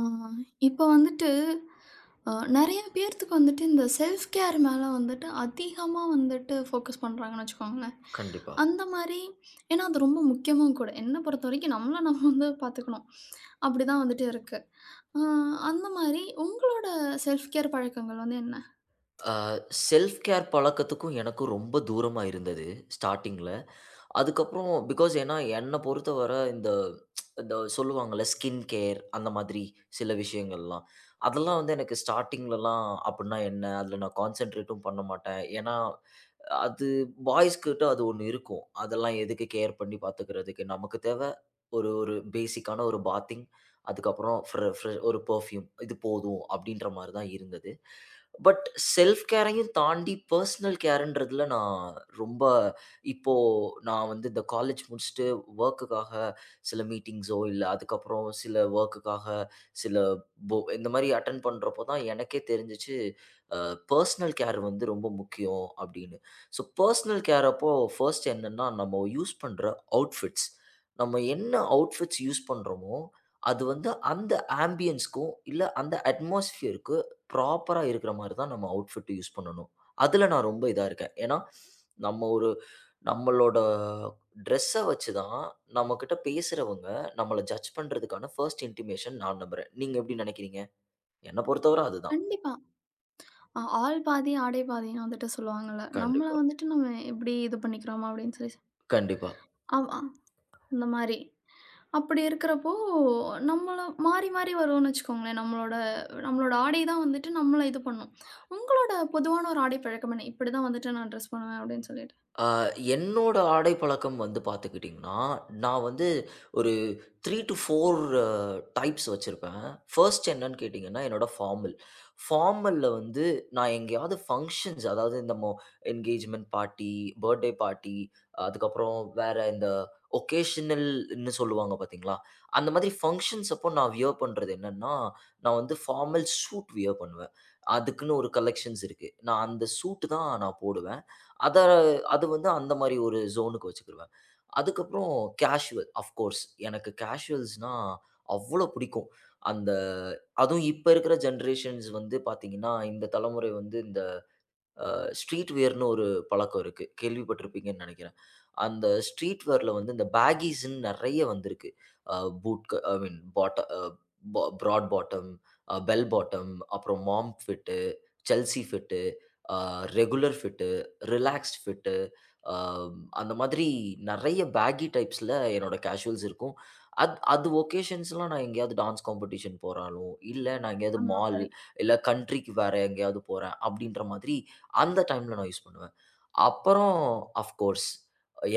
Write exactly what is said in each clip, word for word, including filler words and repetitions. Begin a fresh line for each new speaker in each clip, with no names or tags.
ஆ, இப்ப வந்துட்டு அ நெறைய பேர்த்துக்கு வந்துட்டு இந்த செல்ஃப் கேர் மேல வந்துட்டு அதிகமா வந்துட்டு ஃபோக்கஸ் பண்றாங்கன்னு வச்சுக்கோங்களேன்.
கண்டிப்பா.
அந்த மாரி ஏன்னா அது ரொம்ப முக்கியமும் கூட. என்ன பொறுத்தவரைக்கும் நம்மள நம்ம வந்து பார்த்துக்கணும். அப்படிதான் வந்துட்டு இருக்கு. அ அந்த மாரி உங்களோட செல்ஃப் கேர் பழக்கங்கள் வந்து என்ன?
அ செல்ஃப் கேர் பழக்கத்துக்கும் எனக்கும் ரொம்ப தூரமா இருந்தது ஸ்டார்ட்டிங்ல. அதுக்கப்புறம் பிகாஸ் ஏன்னா என்ன பொறுத்தவர இந்த இந்த சொல்லுவாங்கல்ல ஸ்கின் கேர் அந்த மாதிரி சில விஷயங்கள்லாம். அதெல்லாம் வந்து எனக்கு ஸ்டார்ட்டிங்லலாம் அப்புட்ன்னா என்ன? அதில நான் கான்சன்ட்ரேட்டும் பண்ண மாட்டேன். ஏன்னா அது பாய்ஸ் கிட்ட அது ஒண்ணு இருக்கும். அதெல்லாம் எதுக்கு கேர் பண்ணி பார்த்துக்கிறதுக்கு? நமக்கு தேவை ஒரு ஒரு பேசிக்கான ஒரு பாத்திங். அதுக்கப்புறம் ஃப்ர ஃப்ர ஒரு பெர்ஃப்யூம். இது போதும் அப்படின்ற மாரி தான் இருந்தது. பட் செல்ஃப் கேரையும் தாண்டி பர்சனல் கேர்ன்றதுல நான் ரொம்ப இப்போ நான் வந்து இந்த காலேஜ் முடிச்சுட்டு வொர்க்குக்காக சில மீட்டிங்ஸோ, இல்ல அதுக்கப்புறம் சில வொர்க்குக்காக சில போ இந்த மாரி அட்டெண்ட் பண்றப்போ தான் எனக்கே தெரிஞ்சுச்சு, அ பர்சனல் கேர் வந்து ரொம்ப முக்கியம் அப்படின்னு. ஸோ பர்சனல் கேர் அப்போ ஃபர்ஸ்ட் என்னன்னா, நம்ம யூஸ் பண்ற அவுட்ஃபிட்ஸ். நம்ம என்ன அவுட்ஃபிட்ஸ் யூஸ் பண்றோமோ, அது வந்து அந்த ஆம்பியன்ஸ்க்கும், இல்ல அந்த அட்மாஸ்பியர்க்கு ப்ராப்பரா இருக்கிற மாரி தான் நம்ம அவுட்ஃபிட் யூஸ் பண்ணணும். அதுல நான் ரொம்ப இதா இருக்கேன். ஏன்னா, நம்ம ஒரு நம்மளோட ட்ரெஸ்ஸ வச்சு தான் நம்மகிட்ட பேசுறவங்க நம்மள ஜட்ஜ் பண்றதுக்கான ஃபர்ஸ்ட் இன்டிமேஷன் நான் நம்புறேன். நீங்க எப்படி நினைக்கிறீங்க? என்ன பொறுத்தவர அதுதான்.
கண்டிப்பா. அ ஆள் பாதி, ஆடை பாதின்னு வந்துட்டு சொல்லுவாங்கல்ல. நம்மள
கண்டிப்பா,
வந்துட்டு நம்ம எப்படி இது பண்ணிக்கிறோமா அப்படின்னு சொல்லி.
கண்டிப்பா.
அவ் இந்த மாரி. அப்படி இருக்கிறப்போ, நம்மள மாறி மாறி வருவோம்ன்னு வச்சுக்கோங்களேன். நம்மளோட நம்மளோட ஆடை தான் வந்துட்டு நம்மள இது பண்ணும். உங்களோட பொதுவான ஒரு ஆடை பழக்கம் என்ன? இப்படிதான் வந்துட்டு நான் ட்ரெஸ் பண்ணுவேன் அப்படின்னு சொல்லிட்டு.
ஆ, என்னோட ஆடை பழக்கம் வந்து பார்த்துக்கிட்டிங்கன்னா, நான் வந்து ஒரு மூன்று டூ நான்கு அ டைப்ஸ் வச்சிருப்பேன். ஃபர்ஸ்ட் என்னன்னு கேட்டிங்கன்னா, என்னோட ஃபார்மல். ஃபார்மல்ல வந்து நான் எங்கேயாவது ஃபங்ஷன்ஸ் அதாவது இந்த மொ என்கேஜ்மெண்ட் பார்ட்டி, பர்த்டே பார்ட்டி, அதுக்கப்புறம் வேற இந்த ஒகேஷனல்ன்னு சொல்லுவாங்க பார்த்தீங்களா? அந்த மாதிரி ஃபங்ஷன்ஸ் அப்போ நான் வியர் பண்றது என்னன்னா, நான் வந்து ஃபார்மல் சூட் வியர் பண்ணுவேன். அதுக்குன்னு ஒரு கலெக்ஷன்ஸ் இருக்கு. நான் அந்த சூட் தான் நான் போடுவேன். அத அது வந்து அந்த மாரி ஒரு ஜோனுக்கு வச்சுக்கிருவேன். அதுக்கப்புறம் கேஷுவல் அஃப்கோர்ஸ். எனக்கு கேஷுவல்ஸ்னா அவ்ளோ பிடிக்கும். அந்த அதுவும் இப்ப இருக்கிற ஜெனரேஷன்ஸ் வந்து பார்த்தீங்கன்னா, இந்த தலைமுறை வந்து இந்த ஸ்ட்ரீட் வியர்ன்னு ஒரு பழக்கம் இருக்கு. கேள்விப்பட்டிருப்பீங்கன்னு நெனைக்கிறேன். அந்த ஸ்ட்ரீட் வேர்ல வந்து இந்த பேகீஸ்ன்னு நெறைய வந்திருக்கு. அ பூட் ஐ மீன் பாட்ட அ பா ப்ராட் பாட்டம், அ பெல் பாட்டம், அப்புறம் மாம் ஃபிட்டு, செல்சி ஃபிட்டு, அ ரெகுலர் ஃபிட்டு, ரிலாக்ஸ்ட் ஃபிட்டு, அ அந்த மாதிரி நெறைய பேகி டைப்ஸ்ல என்னோட கேஷுவல்ஸ் இருக்கும். அத் அது ஒகேஷன்ஸ்லாம் நான் எங்கேயாவது டான்ஸ் காம்படிஷன் போறாலோ, இல்ல நான் எங்கேயாவது
அந்த
மால்,
மாரி.
இல்ல கண்ட்ரிக்கு வேற எங்கேயாவது போறேன், அப்படின்ற மாதிரி அந்த டைம்ல நான் யூஸ் பண்ணுவேன். அப்புறம் ஆஃப் கோர்ஸ்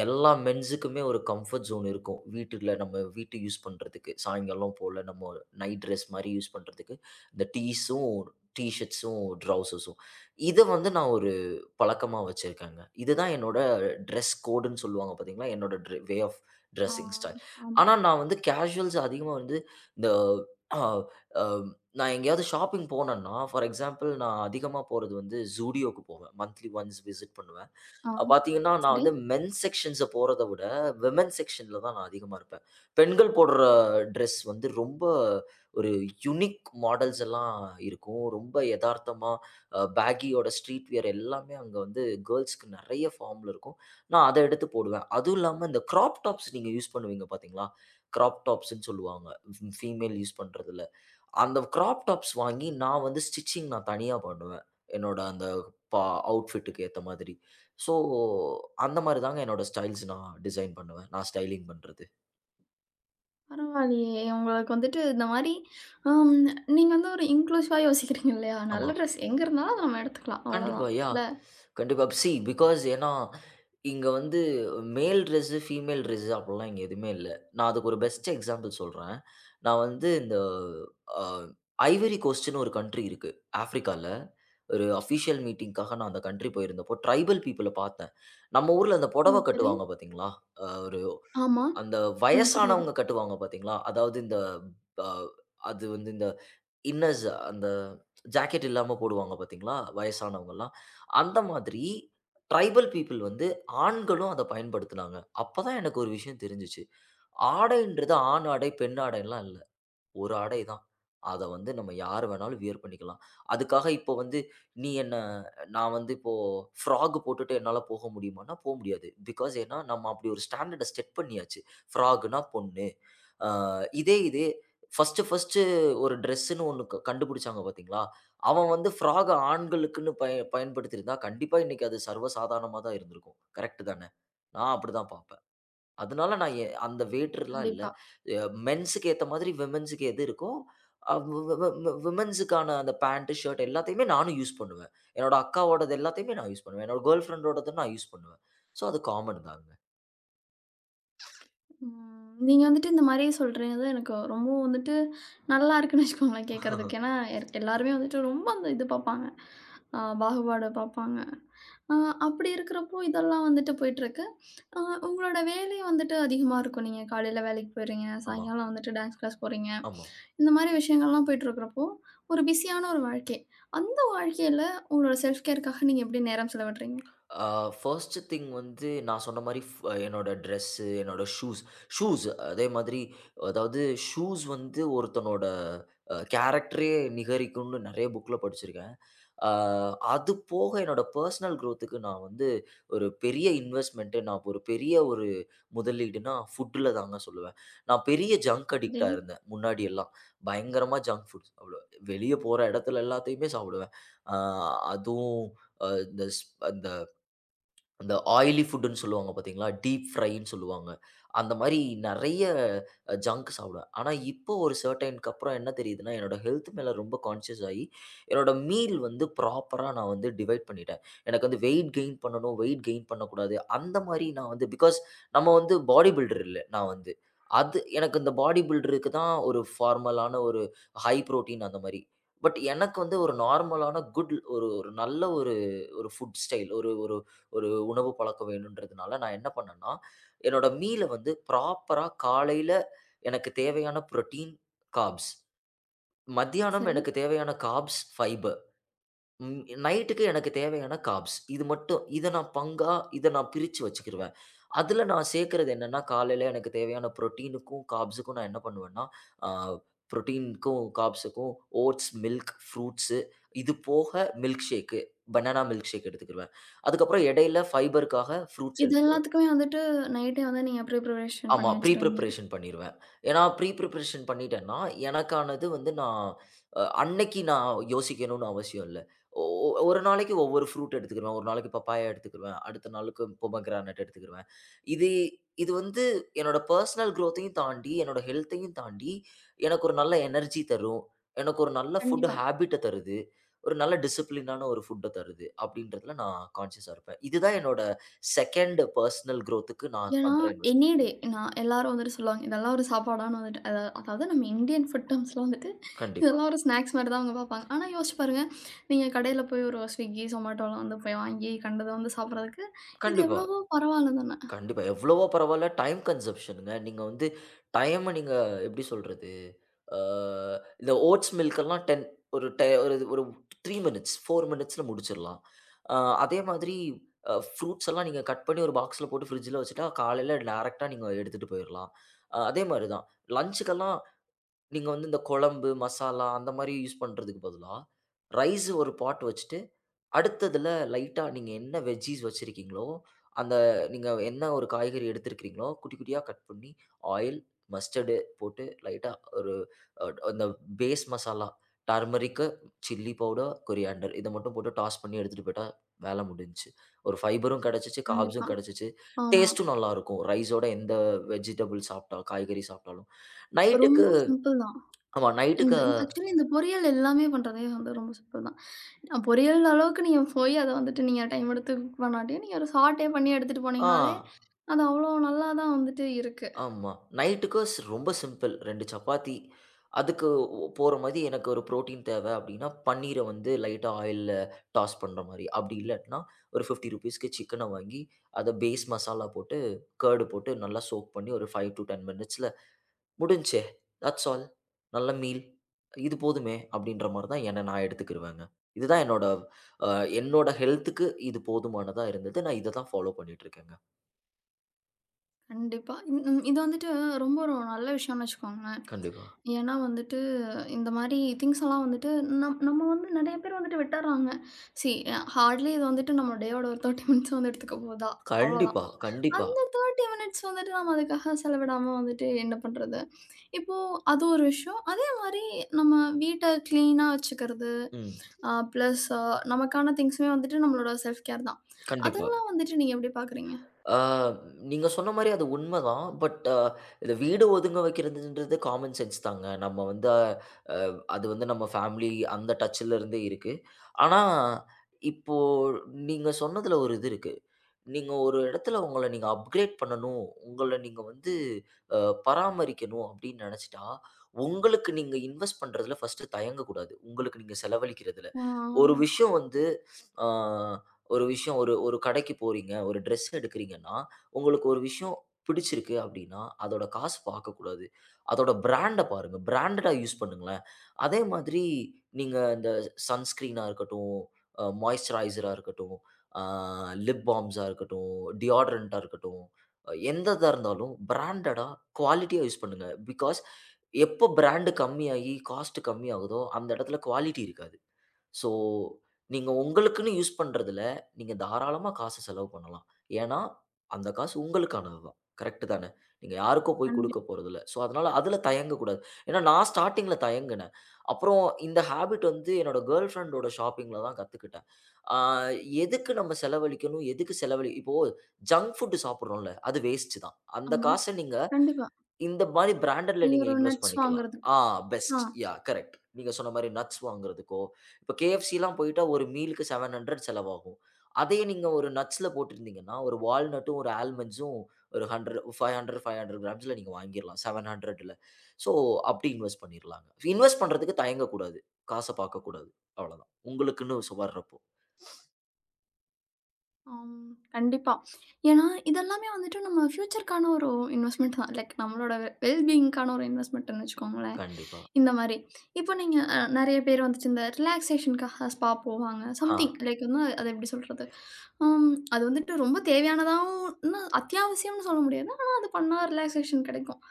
எல்லா மென்ஸுக்குமே ஒரு கம்ஃபர்ட் ஜோன் இருக்கும். வீட்டுல நம்ம வீட்டு யூஸ் பண்றதுக்கு. சாயங்காலம் போல நம்ம நைட் ட்ரெஸ் மாரி யூஸ் பண்றதுக்கு, இந்த டீஸும், டீ ஷர்ட்ஸும், ட்ரவுசர்ஸும். இத வந்து நான் ஒரு பழக்கமா வச்சிருக்கேங்க. இதுதான் என்னோட ட்ரெஸ் கோடுன்னு சொல்லுவாங்க பார்த்தீங்களா? என்னோட ட்ரெ வே ஆஃப்
ஆ,
ட்ரெஸ்ஸிங் ஸ்டைல்.
ஆமா.
ஆனா நான் வந்து கேஷுவல்ஸ் அதிகமா வந்து இந்த அ அ நான் எங்கேயாவது ஷாப்பிங் போனேன்னா, ஃபார் எக்ஸாம்பிள் நான் அதிகமா போறது வந்து Zudio க்கு போவேன். மந்த்லி ஒன்ஸ் விசிட் பண்ணுவேன்.
ஆ.
பார்த்தீங்கன்னா, நான்
சரி.
வந்து மென்ஸ் செக்ஷன்ஸ போறத விட, விமென் செக்ஷன்ல தான் நான் அதிகமா இருப்பேன். பெண்கள் போடுற ட்ரெஸ் வந்து ரொம்ப ஒரு யுனிக் மாடல்ஸ் எல்லாம் இருக்கும். ரொம்ப எதார்த்தமா அ பேகியோட ஸ்ட்ரீட் வியர் எல்லாமே அங்க வந்து கேர்ல்ஸ்க்கு நெறைய ஃபார்ம்ல இருக்கும். நான் அத எடுத்து போடுவேன். அதுவும் இல்லாம இந்த கிராப் டாப்ஸ் நீங்க யூஸ் பண்ணுவீங்க பார்த்தீங்களா? கிராப் டாப்ஸ்ன்னு சொல்லுவாங்க. ஃபீமேல் யூஸ் பண்றதுல. அந்த கிராப் டாப்ஸ் வாங்கி நான் வந்து ஸ்டிச்சிங் நான் தனியா பண்ணுவேன். என்னோட அந்த பா அவுட்ஃபிட்டுக்கு ஏத்த மாதிரி. ஸோ அந்த மாரி தாங்க என்னோட ஸ்டைல்ஸ் நான் டிசைன் பண்ணுவேன். நான் ஸ்டைலிங் பண்றது.
பரவாயில்லையே! உங்களுக்கு வந்துட்டு இந்த மாரி அம் நீங்க வந்து ஒரு இன்க்ளூசிவா யோசிக்கிறீங்க இல்லையா?
ஆமா.
நல்ல ட்ரெஸ் எங்க இருந்தாலும் அத நம்ம எடுத்துக்கலாம்.
கண்டிப்பா.
அவ்வளோதான்.
யாஹ்!
இல்ல?
கண்டிப்பா. சி பிகாஸ் ஏன்னா, இங்க வந்து மேல் ட்ரெஸ்ஸு, ஃபீமேல் ட்ரெஸ்ஸு அப்படிலாம் இங்க எதுவுமே இல்ல. நான் அதுக்கு ஒரு பெஸ்ட் எக்ஸாம்பிள் சொல்றேன். நான் வந்து இந்த அ ஐவரி கோஸ்ட்ன்னு ஒரு கன்ட்ரி இருக்கு, ஆஃப்ரிக்கால. ஒரு அஃபிஷியல் மீட்டிங்க்காக நான் அந்த கன்ட்ரி போயிருந்தப்போ, ட்ரைபல் பீப்பிள பார்த்தேன். நம்ம ஊர்ல அந்த புடவ
ம். சரி.
கட்டுவாங்க பார்த்தீங்களா? அ ஒரு
ஆமா.
அந்த
ம். புரியுது.
வயசானவங்க கட்டுவாங்க பார்த்தீங்களா? அதாவது இந்த அ அது வந்து இந்த இன்னர்ஸ் அந்த ஜாக்கெட் இல்லாம போடுவாங்க பார்த்தீங்களா? வயசானவங்கலாம். அந்த மாதிரி ட்ரைபல் பீப்பிள் வந்து ஆண்களும் அத பயன்படுத்துனாங்க. அப்ப தான் எனக்கு ஒரு விஷயம் தெரிஞ்சுச்சு. ஆடைன்றது ஆண் ஆடை, பெண் ஆடைன்லாம் இல்ல. ஒரு ஆடை தான். அத வந்து நம்ம யார் வேணாலும் வியர் பண்ணிக்கலாம். அதுக்காக இப்போ வந்து நீ என்ன நான் வந்து இப்போ ஃப்ராக் போட்டுட்டு என்னால போக முடியுமான்னா, போ முடியாது. பிகாஸ் ஏன்னா நம்ம அப்படி ஒரு ஸ்டாண்டர்ட செட் பண்ணியாச்சு. ஃப்ராக்னா பொண்ணு. அ இதே இது ஃபர்ஸ்ட்டு ஃபர்ஸ்ட்டு ஒரு ட்ரெஸ்ஸுன்னு ஒண்ணு க கண்டுபிடிச்சாங்க பார்த்தீங்களா? அவன் வந்து ஃப்ராக ஆண்களுக்குன்னு பய பயன்படுத்தியிருந்தா, கண்டிப்பா இன்னைக்கு அது சர்வ சாதாரணமா தான் இருந்திருக்கும். கரெக்ட்டு தானே? நான் அப்படிதான் பார்ப்பேன். அதனால நான் எ அந்த வேட்டர்லாம் இல்ல.
கண்டிப்பா.
எ மென்ஸுக்கு ஏத்த மாதிரி விமென்ஸுக்கு எது இருக்கோ, அ வி வி வி விமென்ஸுக்கான அந்த பேண்ட், ஷர்ட் எல்லாத்தையுமே நானும் யூஸ் பண்ணுவேன். என்னோட அக்காவோடது எல்லாத்தையுமே நான் யூஸ் பண்ணுவேன். என்னோட கேர்ள் ஃப்ரெண்டோடது நான் யூஸ் பண்ணுவேன். ஸோ அது காமன் தாங்க.
ம். நீங்க வந்துட்டு இந்த மாரி சொல்றது எனக்கு ரொம்பவும் வந்துட்டு நல்லா இருக்குன்னு வச்சுக்கோங்களேன் கேட்கறதுக்கு. ஏன்னா எல் எல்லாருமே வந்துட்டு ரொம்ப அந்த இது பார்ப்பாங்க. அ பாகுபாடு பார்ப்பாங்க. அ அப்படி இருக்கிறப்போ இதெல்லாம் வந்துட்டு போயிட்டுருக்கு. அ உங்களோட வேலை வந்துட்டு அதிகமா இருக்கும். நீங்க காலையில வேலைக்கு போயிடுறீங்க,
ஆமா,
சாயங்காலம் வந்துட்டு டான்ஸ் கிளாஸ் போறீங்க.
ஆமா.
இந்த மாரி விஷயங்கள்லாம் போயிட்டுருக்கிறப்போ, ஒரு பிஸியான ஒரு வாழ்க்கை. அந்த வாழ்க்கையில உங்களோட செல்ஃப் கேர்‌க்காக நீங்க எப்படி நேரம் செலவிடுறீங்க?
ஆ ஃபர்ஸ்ட் திங் வந்து நான் சொன்ன மாரி ஃப் என்னோட ட்ரெஸ்ஸு, என்னோட ஷூஸ். ஷூஸ் அதே மாதிரி அதாவது ஷூஸ் வந்து ஒருத்தனோட அ கேரக்டரயே நிகரிக்கும்னு நெறைய புக்ல படிச்சிருக்கேன். அ அது போக என்னோட பெர்சனல் குரோத்துக்கு நான் வந்து ஒரு பெரிய இன்வெஸ்ட்மென்ட்டு, நான் ஒரு பெரிய ஒரு முதலீடுனா ஃபுட்ல தாங்க சொல்லுவேன். நான் பெரிய ஜங்க்
சரி.
அடிக்ட்டா இருந்தேன் முன்னாடி எல்லாம். பயங்கரமா ஜங்க் ஃபுட்ஸ் சாப்பிடுவேன். வெளிய போற இடத்துல எல்லாத்தையுமே சாப்பிடுவேன். அ அதுவும் அ இந்த ஸ் அந்த அந்த ஆயிலி ஃபுட்டுன்னு சொல்லுவாங்க பார்த்தீங்களா? டீப் ஃப்ரைன்னு சொல்லுவாங்க. அந்த மாரி நெறைய ஜங்க் சாப்பிடுவேன். ஆனா, இப்போ ஒரு சர்டைனுக்கு அப்புறம் என்ன தெரியுதுன்னா, என்னோட ஹெல்த் மேல ரொம்ப கான்ஷியஸ் ஆயி, என்னோட மீல் வந்து ப்ராப்பரா நான் வந்து டிவைட் பண்ணிட்டேன். எனக்கு வந்து வெயிட் கெயின் பண்ணணும், வெயிட் கெயின் பண்ணக்கூடாது. அந்த மாரி நான் வந்து பிகாஸ் நம்ம வந்து பாடி பில்டர் இல்ல நான் வந்து. அது எனக்கு இந்த பாடி பில்டருக்கு தான் ஒரு ஃபார்மலான ஒரு ஹை புரோட்டீன் அந்த மாரி. பட் எனக்கு வந்து ஒரு நார்மலான குட் ஒரு ஒரு நல்ல ஒரு ஒரு ஃபுட் ஸ்டைல் ஒரு ஒரு ஒரு உணவு பழக்கம் வேணுன்றதுனால நான் என்ன பண்ணேன்னா, என்னோட மீல வந்து ப்ராப்பரா காலையில எனக்கு தேவையான புரோட்டீன், கார்ப்ஸ். மத்தியானம்
சரி.
எனக்கு தேவையான கார்ப்ஸ், ஃபைபர். ம் நைட்டுக்கு எனக்கு தேவையான கார்ப்ஸ். இது மட்டும் இத நான் பங்கா இத நான் பிரிச்சு வச்சுக்கிருவேன். அதுல நான் சேர்க்கிறது என்னன்னா, காலையில எனக்கு தேவையான புரோட்டீனுக்கும், கார்ப்ஸுக்கும் நான் என்ன பண்ணுவேன்னா, ஆ புரோட்டீனுக்கும், கார்ப்ஸுக்கும் ஓட்ஸ், மில்க், ஃப்ரூட்ஸு இது போக milk shake, banana milk shake எடுத்துக்கிருவேன். அதுக்கப்புறம் இடையில ஃபைபருக்காக ஃப்ரூட்ஸ்
இது
எடுத்துக்கிருவேன்.
எல்லாத்துக்குமே வந்துட்டு நைட்டே வந்து நீங்க ப்ரிபரேஷன்
ஆமா.
பண்ணி
ப்ரீ
வச்சுருவீங்க.
பிரிப்பரேஷன் பண்ணிருவேன். ஏன்னா ப்ரீ பிரிப்பரேஷன் பண்ணிட்டேன்னா, எனக்கானது வந்து நான் அ அன்னைக்கு நான் யோசிக்கணும்னு அவசியம் இல்ல. ஒ ஒ ஒரு நாளைக்கு ஒவ்வொரு ஃப்ரூட் எடுத்துக்கிருவேன். ஒரு நாளைக்கு பப்பாயா எடுத்துக்கிருவேன். அடுத்த நாளுக்கு பொமோகிரானேட் எடுத்துக்கிருவேன். இது இது வந்து என்னோட பெர்சனல் குரோத்தையும் தாண்டி, என்னோட ஹெல்த்தையும் தாண்டி, எனக்கு ஒரு நல்ல எனர்ஜி தரும். எனக்கு ஒரு நல்ல ஃபுட்
கண்டிப்பா.
ஹேபிட்ட தருது. ஒரு நல்ல டிசிப்ளினான ஒரு ஃபுட்ட தருது. அப்படின்றதுல நான் கான்ஷியஸா இருப்பேன். இதுதான் என்னோட செகண்ட் பெர்சனல் குரோத்துக்கு நான்
ஏன்னா,
பண்ற
எனி டே
இன்வெஸ்ட்மென்ட்டுங்க.
நான் எல்லாரும் வந்துட்டு சொல்லுவாங்க, "இதெல்லாம் ஒரு சாப்பாடான்னு" வந்துட்டு. அதா அதாவது நம்ம இந்தியன் ஃபுட் டெர்ம்ஸ்ல வந்துட்டு,
கண்டிப்பா,
இதெல்லாம் ஒரு ஸ்நாக்ஸ் மாரி தான் அவங்க பார்ப்பாங்க. ஆனா யோசிச்சு பாருங்க, நீங்க கடையில போய் ஒரு ஸ்விக்கி, சொமேட்டோலாம் வந்து போய் வாங்கி கண்டத வந்து சாப்பிடுறதுக்கு, இது
கண்டிப்பா,
எவ்வளவோ பரவாயில்ல தானே!
கண்டிப்பா. எவ்வளவோ பரவால்ல. டைம் கன்சம்ப்ஷன்ங்க. நீங்க வந்து டைம நீங்க எப்படி சொல்றது? அ இந்த ஓட்ஸ் மில்க்கெல்லாம் பத்து ஒரு டெ ஒரு ஒரு மூன்று மினிட்ஸ், நாலு மினிட்ஸ்ல முடிச்சிடலாம். அ அதே மாதிரி அ ஃப்ரூட்ஸ் எல்லாம் நீங்க கட் பண்ணி ஒரு பாக்ஸ்ல போட்டு ஃப்ரிட்ஜ்ல வச்சுட்டா, காலையில டைரக்ட்டா நீங்க எடுத்துட்டு போயிரலாம். அ அதே மாரி தான். லஞ்சுக்கெல்லாம் நீங்க வந்து இந்த குழம்பு, மசாலா அந்த மாரி யூஸ் பண்றதுக்கு பதிலா, ரைஸ் ஒரு பாட் வச்சுட்டு அடுத்ததுல லைட்டா நீங்க என்ன வெஜ்ஜீஸ் வச்சிருக்கீங்களோ, அந்த நீங்க என்ன ஒரு காய்கறி எடுத்திருக்கிறீங்களோ, குட்டி குட்டியா கட் பண்ணி ஆயில், மஸ்டர்டு போட்டு லைட்டா ஒரு அ அந்த base masala, turmeric, chilli powder, coriander இத மட்டும் போட்டு டாஸ் பண்ணி எடுத்துட்டு போயிட்டா வேல முடிஞ்சுச்சு. ஒரு ஃபைபரும் கிடைச்சுச்சு,
கண்டிப்பா.
கார்ப்ஸும் கிடைச்சுச்சு.
ஆமா.
டேஸ்ட்டும் நல்லாருக்கும். ரைஸோட எந்த வெஜிடபிள் சாப்பிட்டா காய்கறி சாப்பிட்டாலும். நைட்டுக்கு
ரொம்ப சிம்பிள் தான்.
ஆமா நைட்டுக்கு
இந்த ஆக்சுவலி இந்த பொரியல் எல்லாமே பண்றதே வந்து ரொம்ப சிம்பிள் தான். அ பொரியல் அளவுக்கு நீங்க போய் அத வந்துட்டு நீங்க டைம் எடுத்து குக் பண்ணாட்டியும், நீங்க ஒரு சாட்டே பண்ணி எடுத்துட்டு
ஆ.
போனீங்கனாலே, அது அவ்வளோ நல்லா தான் வந்துட்டு இருக்கு.
ஆமா. நைட்டுக்கு ஸ் ரொம்ப சிம்பிள். ரெண்டு சப்பாத்தி. அதுக்கு ஒ போற மாரி எனக்கு ஒரு புரோட்டீன் தேவை அப்டின்னா, பன்னீர வந்து லைட்டா ஆயில்ல டாஸ் பண்ற மாரி. அப்டி இல்லாட்டினா, ஒரு ஐம்பது ரூபாய்க்கு சிக்கன வாங்கி, அத பேஸ் மசாலா போட்டு, கர்டு போட்டு நல்லா சோக் பண்ணி ஒரு ஐந்து டூ பத்து மினிட்ஸ்ல "முடிஞ்ச்சே, தாட்ஸ் ஆல். நல்ல மீல். இது போதுமே" அப்டின்ற மாரி தான் என்ன நான் எடுத்துக்கிருவேங்க. இதுதான் என்னோட அ என்னோட ஹெல்த்துக்கு இது போதுமானதா இருந்தது. நான் இத தான் ஃபாலோ பண்ணிட்டு இருக்கேங்க.
கண்டிப்பா. இந்- ம் இது வந்துட்டு ரொம்ப ஒரு நல்ல விஷயம்னு வச்சுக்கோங்களேன்.
கண்டிப்பா.
ஏன்னா வந்துட்டு இந்த மாரி திங்ஸ் எல்லாம் வந்துட்டு நம் நம்ம வந்து நெறைய பேர் வந்துட்டு விட்டுர்றாங்க. சி ஹார்ட்லி இது வந்துட்டு நம்ம டேயோட ஒரு முப்பது மினிட்ஸ் வந்து எடுத்துக்க போதா, அவ்வளோதான்.
கண்டிப்பா, கண்டிப்பா.
அந்த மினிட்ஸ் வந்துட்டு நம்ம அதுக்காக செலவிடாம வந்துட்டு என்ன பண்றது? இப்போ அது ஒரு விஷயம். அதே மாரி நம்ம வீட்ட கிளீனா வச்சுக்கிறது,
ம்.
அ பிளஸ் அ நமக்கான திங்ஸுமே வந்துட்டு நம்மளோட செல்ஃப் கேர் தான்.
கண்டிப்பா.
அதெல்லாம் வந்துட்டு நீங்க எப்படி பார்க்குறீங்க?
ஆ நீங்க சொன்ன மாரி அது உண்மதான். பட் அ இந்த வீடு ஒதுங்க வைக்கிறதுன்றது காமன் சென்ஸ் தாங்க. நம்ம வந்து அஹ், அது வந்து நம்ம ஃபேமிலி அந்த டச்ல இருந்தே இருக்கு. ஆனா, இப்போ நீங்க சொன்னதுல ஒரு இது இருக்கு. நீங்க ஒரு இடத்துல உங்கள நீங்க அப்கிரேட் பண்ணணும். உங்கள நீங்க வந்து அ பராமரிக்கணும் அப்படின்னு நெனச்சுட்டா, உங்களுக்கு நீங்க இன்வெஸ்ட் பண்றதுல ஃபர்ஸ்ட்டு தயங்கக்கூடாது. உங்களுக்கு நீங்க செலவழிக்கிறதுல.
ஆ
ஒரு விஷயம் வந்து அ ஒரு விஷயம் ஒரு ஒரு கடைக்கு போறீங்க, ஒரு ட்ரெஸ் எடுக்கிறீங்கன்னா, உங்களுக்கு ஒரு விஷயம் பிடிச்சிருக்கு அப்டின்னா, அதோட காசு பார்க்கக்கூடாது. அதோட பிராண்ட பாருங்க. பிராண்டடா யூஸ் பண்ணுங்களேன். அதே மாதிரி நீங்க இந்த சன்ஸ்கிரீனா இருக்கட்டும், அ மாய்ஸ்சரைசரா இருக்கட்டும், அ லிப் பால்ம்ஸா இருக்கட்டும், டியோடரண்ட்டா இருக்கட்டும், எந்த இதா இருந்தாலும் பிராண்டடா குவாலிட்டியா யூஸ் பண்ணுங்க. பிகாஸ் எப்போ பிராண்ட் கம்மியாகி காஸ்ட் கம்மியாகுதோ, அந்த இடத்துல குவாலிட்டி இருக்காது. ஸோ, நீங்க உங்களுக்குன்னு யூஸ் பண்றதுல, நீங்க தாராளமா காசு செலவு பண்ணலாம். ஏன்னா, அந்த காசு உங்களுக்கானது தான். கரெக்ட்டு தானே? நீங்க யாருக்கோ போய்
கண்டி
குடுக்க போறதில்ல. ஸோ, அதனால அதுல தயங்கக்கூடாது. ஏன்னா, நான் ஸ்டார்ட்டிங்ல தயங்குனேன். அப்புறம் இந்த ஹேபிட் வந்து என்னோட கேர்ள் ஃபிரெண்டோட ஷாப்பிங்ல தான் கத்துக்கிட்டேன். ஆ எதுக்கு நம்ம செலவழிக்கணும்? எதுக்கு செலவழி இப்போ ஜங்க் ஃபுட் சாப்பிடுறோம்ல, அது வேஸ்ட்டு தான். அந்த
ஆமா.
காச நீங்க
கண்டிப்பா.
இந்த மாரி பிராண்டட்ல
நீங்க
நீங்க
ஒரு
இன்வெஸ்ட்
நட்ஸ்
பண்ணிக்கலாம்.
வாங்குறதுக்கு
ஆ
ஆ,
பெஸ்ட். Yeah correct. நீங்க சொன்ன மாரி நட்ஸ் வாங்குறதுக்கோ, இப்ப KFCலாம் போயிட்டா ஒரு மீல்க்கு எழுநூறு செலவாகும். அதையே நீங்க ஒரு நட்ஸ்ல போட்டிருந்தீங்கன்னா, ஒரு வால்நட்டும், ஒரு ஆல்மண்ட்ஸும் ஒரு நூறு ஐநூறு ஐநூறு கிராம்ஸ்ல நீங்க வாங்கிரலாம். எழுநூறுல. ஸோ அப்படி இன்வெஸ்ட் பண்ணிரலாங்க. இன்வெஸ்ட் பண்றதுக்கு தயங்கக்கூடாது. காச பார்க்கக்கூடாது. அவ்வளதான். உங்களுக்குன்னு சு வர்றப்போ.
ஆம். கண்டிப்பா. ஏன்னா, இதெல்லாமே வந்துட்டு நம்ம ஃபியூச்சர்க்கான ஒரு இன்வெஸ்ட்மெண்ட் தான். லைக் நம்மளோட வெல் பீயிங்க்கான ஒரு இன்வெஸ்ட்மெண்ட்ன்னு வச்சுக்கோங்களேன்.
கண்டிப்பா.
இந்த மாரி. இப்போ நீங்க அ நெறைய பேர் வந்துட்டு இந்த ரிலாக்சேஷனுக்காக ஸ்பா போவாங்க.
ஆ.
சம்திங் லைக் வந்து அது எப்படி சொல்றது? அம் அது வந்துட்டு ரொம்ப தேவையானதாவும்ன்னு அத்தியாவசியம்னு சொல்ல முடியாது. ஆனா, அது பண்ணா ரிலாக்சேஷன் கெடைக்கும்.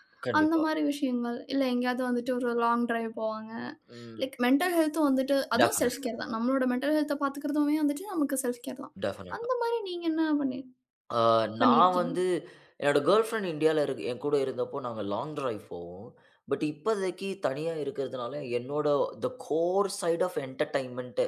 அந்த
கண்டிப்பா.
மாரி விஷயங்கள். இல்ல எங்கேயாவது வந்துட்டு ஒரு லாங் டிரைவ் போவாங்க.
ம்.
லைக் மென்டல் ஹெல்த்தும் வந்துட்டு அதுவும்
டெஃபனட்.
செல்ஃப் கேர் தான். நம்மளோட மென்டல் ஹெல்த்த பாத்துக்கிறதுமே வந்துட்டு நமக்கு செல்ஃப் கேர் தான்.
டெஃபனட்.
அந்த மாரி நீங்க என்ன பண்ணி
ஆ, நான்
பண்ணியிருக்கீங்க?
வந்து என்னோட கேர்ள் ஃப்ரெண்ட் இந்தியால இருக்கு என் கூட இருந்தப்போ நாங்க லாங் டிரைவ் போவோம். பட் இப்போதைக்கு தனியா இருக்கிறதுனால என்னோட the core side of entertainment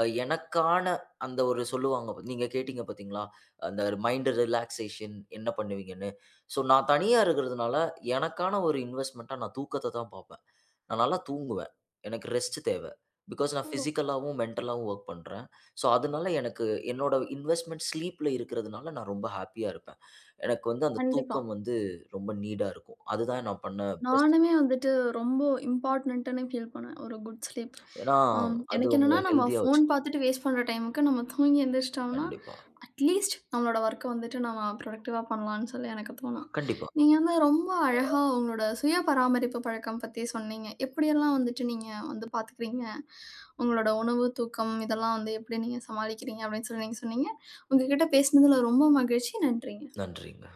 அ எனக்கான அந்த ஒரு சொல்லுவாங்க நீங்க கேட்டீங்க பார்த்தீங்களா? அந்த மைண்ட் ரிலாக்சேஷன் என்ன பண்ணுவீங்கன்னு. ஸோ நான் தனியா இருக்கிறதுனால எனக்கான ஒரு இன்வெஸ்ட்மென்ட்டா நான் தூக்கத்த தான் பார்ப்பேன். நான் நல்லா தூங்குவேன். எனக்கு ரெஸ்ட் தேவை. பிகாஸ் நான்
ஓ!
பிசிக்கலாவும், மென்டலாவும் வொர்க் பண்றேன். ஸோ அதனால எனக்கு என்னோட இன்வெஸ்ட்மெண்ட் ஸ்லீப்ல இருக்கிறதுனால நான் ரொம்ப ஹாப்பியா இருப்பேன். எனக்கு வந்து அந்த
கண்டிப்பா.
தூக்கம் வந்து ரொம்ப நீடா இருக்கும். அதுதான் நான் பண்ண பெஸ்ட்
நானுமே
இன்வெஸ்ட்மென்ட்.
வந்துட்டு ரொம்ப இம்பார்ட்டன்ட்டுன்னு ஃபீல் பண்ணேன். ஒரு குட் ஸ்லீப்.
ஏன்னா,
ஆம்
அது
எனக்கு என்னன்னா,
உங்கள
நம்ம
ஹெல்த்தியா
ஃபோன்
வச்சுக்கும்.
பார்த்துட்டு வேஸ்ட் பண்ற டைமுக்கு நம்ம தூங்கி எந்திரிச்சிட்டோம்னா,
கண்டிப்பா,
அட்லீஸ்ட் நம்மளோட ஒர்க்க வந்துட்டு நம்ம ப்ரொடக்டிவா பண்ணலான்னு சொல்லி எனக்கு தோணும்.
கண்டிப்பா.
நீங்க வந்து ரொம்ப அழகா உங்களோட சுய பராமரிப்பு பழக்கம் பத்தி சொன்னீங்க. எப்படியெல்லாம் வந்துட்டு நீங்க வந்து பார்த்துக்கிறீங்க? உங்களோட உணவு, தூக்கம் இதெல்லாம் வந்து எப்படி நீங்க சமாளிக்கிறீங்க? அப்படின்னு சொல்லி நீங்க சொன்னீங்க. உங்க கிட்ட பேசினதுல ரொம்ப மகிழ்ச்சி. நன்றிங்க.
நன்றிங்க.